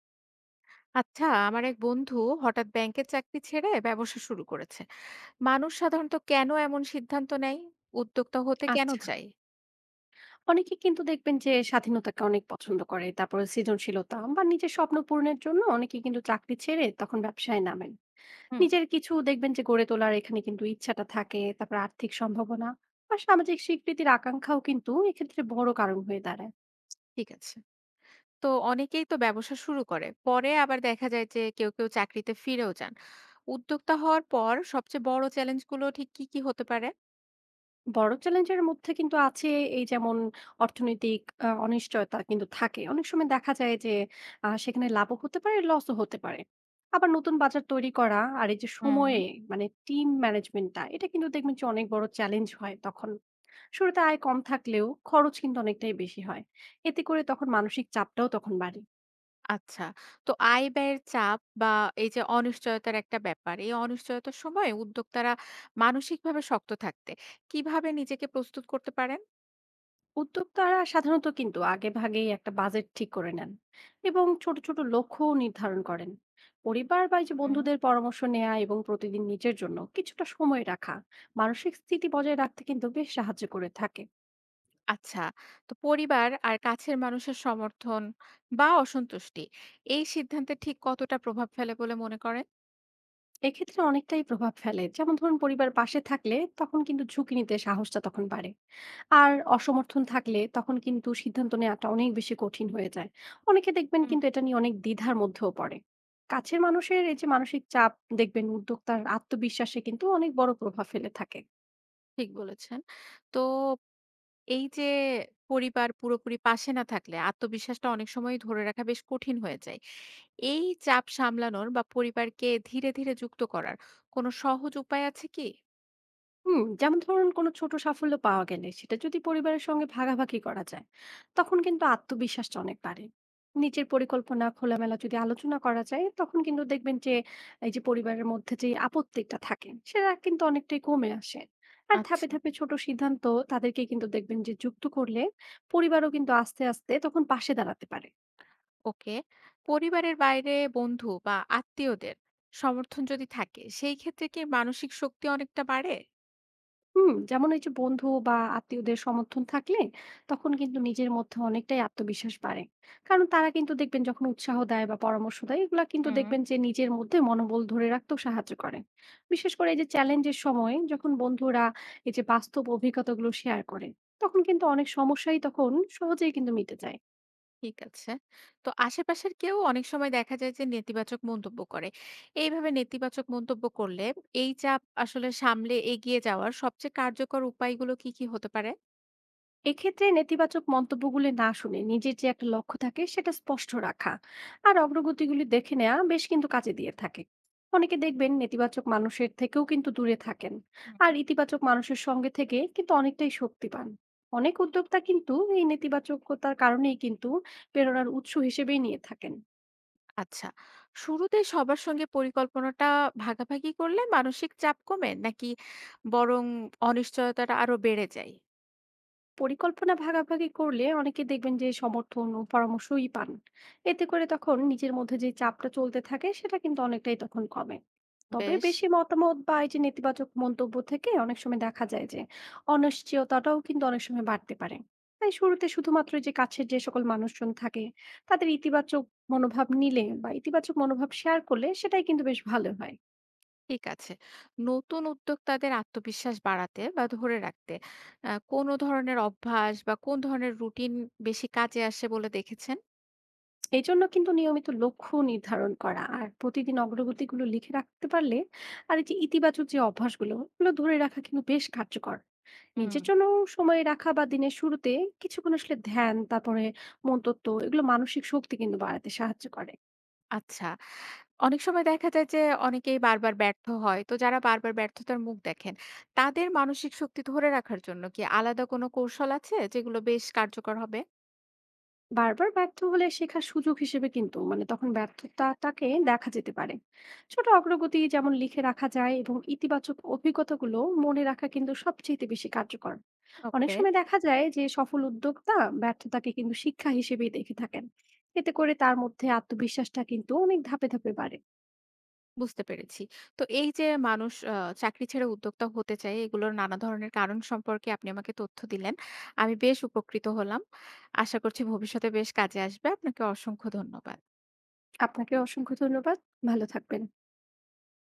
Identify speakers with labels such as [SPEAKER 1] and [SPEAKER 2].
[SPEAKER 1] আচ্ছা আমার এক বন্ধু হঠাৎ ব্যাংকের চাকরি ছেড়ে ব্যবসা শুরু করেছে। মানুষ সাধারণত কেন এমন সিদ্ধান্ত নেয়? উদ্যোক্তা হতে কেন
[SPEAKER 2] আচ্ছা।
[SPEAKER 1] চাই?
[SPEAKER 2] অনেকে কিন্তু দেখবেন যে স্বাধীনতাকে অনেক পছন্দ করে। তারপরে সৃজনশীলতা বা নিজের স্বপ্ন পূরণের জন্য অনেকে কিন্তু চাকরি ছেড়ে তখন ব্যবসায় নামেন।
[SPEAKER 1] হুম।
[SPEAKER 2] নিজের কিছু দেখবেন যে গড়ে তোলার এখানে কিন্তু ইচ্ছাটা থাকে। তারপরে আর্থিক সম্ভাবনা বা সামাজিক স্বীকৃতির আকাঙ্ক্ষাও কিন্তু এক্ষেত্রে বড় কারণ হয়ে দাঁড়ায়।
[SPEAKER 1] ঠিক আছে। তো অনেকেই তো ব্যবসা শুরু করে পরে আবার দেখা যায় যে কেউ কেউ চাকরিতে ফিরেও যান। উদ্যোক্তা হওয়ার পর সবচেয়ে বড় চ্যালেঞ্জগুলো ঠিক কি কি হতে পারে?
[SPEAKER 2] বড় চ্যালেঞ্জের মধ্যে কিন্তু আছে, এই যেমন অর্থনৈতিক অনিশ্চয়তা কিন্তু থাকে। অনেক সময় দেখা যায় যে সেখানে লাভও হতে পারে, লসও হতে পারে। আবার নতুন বাজার তৈরি করা আর এই যে
[SPEAKER 1] হুম।
[SPEAKER 2] সময়ে মানে টিম ম্যানেজমেন্টটা, এটা কিন্তু দেখবেন যে অনেক বড় চ্যালেঞ্জ হয় তখন। শুরুতে আয় কম থাকলেও খরচ কিন্তু অনেকটাই বেশি হয়। এতে করে তখন মানসিক চাপটাও তখন বাড়ে।
[SPEAKER 1] আচ্ছা। তো আয় ব্যয়ের চাপ বা এই যে অনিশ্চয়তার একটা ব্যাপার, এই অনিশ্চয়তার সময় উদ্যোক্তারা মানসিকভাবে শক্ত থাকতে কিভাবে নিজেকে প্রস্তুত করতে পারেন?
[SPEAKER 2] উদ্যোক্তারা সাধারণত কিন্তু আগেভাগেই একটা বাজেট ঠিক করে নেন এবং ছোট ছোট লক্ষ্যও নির্ধারণ করেন। পরিবার বা এই যে বন্ধুদের পরামর্শ নেওয়া এবং প্রতিদিন নিজের জন্য কিছুটা সময় রাখা মানসিক স্থিতি বজায় রাখতে কিন্তু বেশ সাহায্য করে থাকে।
[SPEAKER 1] আচ্ছা, তো পরিবার আর কাছের মানুষের সমর্থন বা অসন্তুষ্টি এই সিদ্ধান্তে ঠিক কতটা প্রভাব ফেলে বলে মনে করেন?
[SPEAKER 2] এক্ষেত্রে অনেকটাই প্রভাব ফেলে, যেমন ধরুন পরিবার পাশে থাকলে তখন কিন্তু ঝুঁকি নিতে সাহসটা তখন বাড়ে। আর অসমর্থন থাকলে তখন কিন্তু সিদ্ধান্ত নেওয়াটা অনেক বেশি কঠিন হয়ে যায়। অনেকে দেখবেন
[SPEAKER 1] হুম।
[SPEAKER 2] কিন্তু এটা নিয়ে অনেক দ্বিধার মধ্যেও পড়ে। কাছের মানুষের এই যে মানসিক চাপ, দেখবেন উদ্যোক্তার আত্মবিশ্বাসে কিন্তু অনেক বড় প্রভাব ফেলে থাকে।
[SPEAKER 1] ঠিক বলেছেন। তো এই যে পরিবার পুরোপুরি পাশে না থাকলে আত্মবিশ্বাসটা অনেক সময় ধরে রাখা বেশ কঠিন হয়ে যায়। এই চাপ সামলানোর বা পরিবারকে ধীরে, ধীরে যুক্ত করার কোনো সহজ উপায় আছে কি?
[SPEAKER 2] হুম, যেমন ধরুন কোনো ছোট সাফল্য পাওয়া গেলে সেটা যদি পরিবারের সঙ্গে ভাগাভাগি করা যায়, তখন কিন্তু আত্মবিশ্বাসটা অনেক বাড়ে। নিজের পরিকল্পনা খোলামেলা যদি আলোচনা করা যায় তখন কিন্তু দেখবেন যে এই যে পরিবারের মধ্যে যে আপত্তিটা থাকে সেটা কিন্তু অনেকটাই কমে আসে। আর
[SPEAKER 1] আচ্ছা।
[SPEAKER 2] ধাপে ধাপে ছোট সিদ্ধান্ত তাদেরকে কিন্তু দেখবেন যে যুক্ত করলে পরিবারও কিন্তু আস্তে আস্তে তখন পাশে দাঁড়াতে পারে।
[SPEAKER 1] ওকে। পরিবারের বাইরে বন্ধু বা আত্মীয়দের সমর্থন যদি থাকে সেই ক্ষেত্রে কি মানসিক শক্তি অনেকটা বাড়ে?
[SPEAKER 2] হুম, যেমন এই যে বন্ধু বা আত্মীয়দের সমর্থন থাকলে তখন কিন্তু নিজের মধ্যে অনেকটাই আত্মবিশ্বাস বাড়ে। কারণ তারা কিন্তু দেখবেন যখন উৎসাহ দেয় বা পরামর্শ দেয়, এগুলা কিন্তু
[SPEAKER 1] হুম।
[SPEAKER 2] দেখবেন যে নিজের মধ্যে মনোবল ধরে রাখতেও সাহায্য করে। বিশেষ করে এই যে চ্যালেঞ্জের সময় যখন বন্ধুরা এই যে বাস্তব অভিজ্ঞতাগুলো শেয়ার করে, তখন কিন্তু অনেক সমস্যাই তখন সহজেই কিন্তু মিটে যায়।
[SPEAKER 1] ঠিক আছে। তো আশেপাশের কেউ অনেক সময় দেখা যায় যে নেতিবাচক মন্তব্য করে। এইভাবে নেতিবাচক মন্তব্য করলে এই চাপ আসলে সামলে এগিয়ে যাওয়ার সবচেয়ে কার্যকর উপায়গুলো কি, কি হতে পারে?
[SPEAKER 2] এক্ষেত্রে নেতিবাচক মন্তব্যগুলি না শুনে নিজের যে একটা লক্ষ্য থাকে সেটা স্পষ্ট রাখা আর অগ্রগতিগুলি দেখে নেওয়া বেশ কিন্তু কাজে দিয়ে থাকে। অনেকে দেখবেন নেতিবাচক মানুষের থেকেও কিন্তু দূরে থাকেন। আর
[SPEAKER 1] হুম।
[SPEAKER 2] ইতিবাচক মানুষের সঙ্গে থেকে কিন্তু অনেকটাই শক্তি পান। অনেক উদ্যোক্তা কিন্তু এই নেতিবাচকতার কারণেই কিন্তু প্রেরণার উৎস হিসেবেই নিয়ে থাকেন।
[SPEAKER 1] আচ্ছা। শুরুতে সবার সঙ্গে পরিকল্পনাটা ভাগাভাগি করলে মানসিক চাপ কমে নাকি বরং অনিশ্চয়তাটা আরো বেড়ে যায়?
[SPEAKER 2] পরিকল্পনা ভাগাভাগি করলে অনেকে দেখবেন যে সমর্থন ও পরামর্শই পান। এতে করে তখন নিজের মধ্যে যে চাপটা চলতে থাকে সেটা কিন্তু অনেকটাই তখন কমে। তবে
[SPEAKER 1] বেশ।
[SPEAKER 2] বেশি মতামত বা এই যে নেতিবাচক মন্তব্য থেকে অনেক সময় দেখা যায় যে অনিশ্চয়তাটাও কিন্তু অনেক সময় বাড়তে পারে। তাই শুরুতে শুধুমাত্র যে কাছের যে সকল মানুষজন থাকে তাদের ইতিবাচক মনোভাব নিলে বা ইতিবাচক মনোভাব শেয়ার করলে সেটাই কিন্তু বেশ ভালো হয়।
[SPEAKER 1] ঠিক আছে। নতুন উদ্যোক্তাদের আত্মবিশ্বাস বাড়াতে বা ধরে রাখতে কোন ধরনের অভ্যাস বা কোন ধরনের রুটিন বেশি কাজে আসে বলে দেখেছেন?
[SPEAKER 2] এই জন্য কিন্তু নিয়মিত লক্ষ্য নির্ধারণ করা আর প্রতিদিন অগ্রগতিগুলো লিখে রাখতে পারলে আর এই যে ইতিবাচক যে অভ্যাসগুলো ওগুলো ধরে রাখা কিন্তু বেশ কার্যকর।
[SPEAKER 1] হুম।
[SPEAKER 2] নিজের জন্য সময় রাখা বা দিনের শুরুতে কিছুক্ষণ আসলে ধ্যান, তারপরে মনতত্ত্ব, এগুলো মানসিক শক্তি কিন্তু বাড়াতে সাহায্য করে।
[SPEAKER 1] আচ্ছা। অনেক সময় দেখা যায় যে অনেকেই বারবার ব্যর্থ হয়। তো যারা বারবার ব্যর্থতার মুখ দেখেন, তাদের মানসিক শক্তি ধরে রাখার জন্য কি আলাদা কোনো কৌশল আছে যেগুলো বেশ কার্যকর হবে?
[SPEAKER 2] বারবার ব্যর্থ হলে শেখার সুযোগ হিসেবে কিন্তু মানে তখন ব্যর্থতাটাকে দেখা যেতে পারে। ছোট অগ্রগতি যেমন লিখে রাখা যায় এবং ইতিবাচক অভিজ্ঞতাগুলো মনে রাখা কিন্তু সবচেয়ে বেশি কার্যকর। অনেক
[SPEAKER 1] ওকে।
[SPEAKER 2] সময় দেখা যায় যে সফল উদ্যোক্তা ব্যর্থতাকে কিন্তু শিক্ষা হিসেবেই দেখে থাকেন। এতে করে তার মধ্যে আত্মবিশ্বাসটা কিন্তু অনেক ধাপে ধাপে বাড়ে।
[SPEAKER 1] বুঝতে পেরেছি। তো এই যে মানুষ চাকরি ছেড়ে উদ্যোক্তা হতে চায়, এগুলোর নানা ধরনের কারণ সম্পর্কে আপনি আমাকে তথ্য দিলেন। আমি বেশ উপকৃত হলাম। আশা করছি ভবিষ্যতে বেশ কাজে আসবে। আপনাকে অসংখ্য ধন্যবাদ।
[SPEAKER 2] আপনাকে অসংখ্য ধন্যবাদ। ভালো থাকবেন।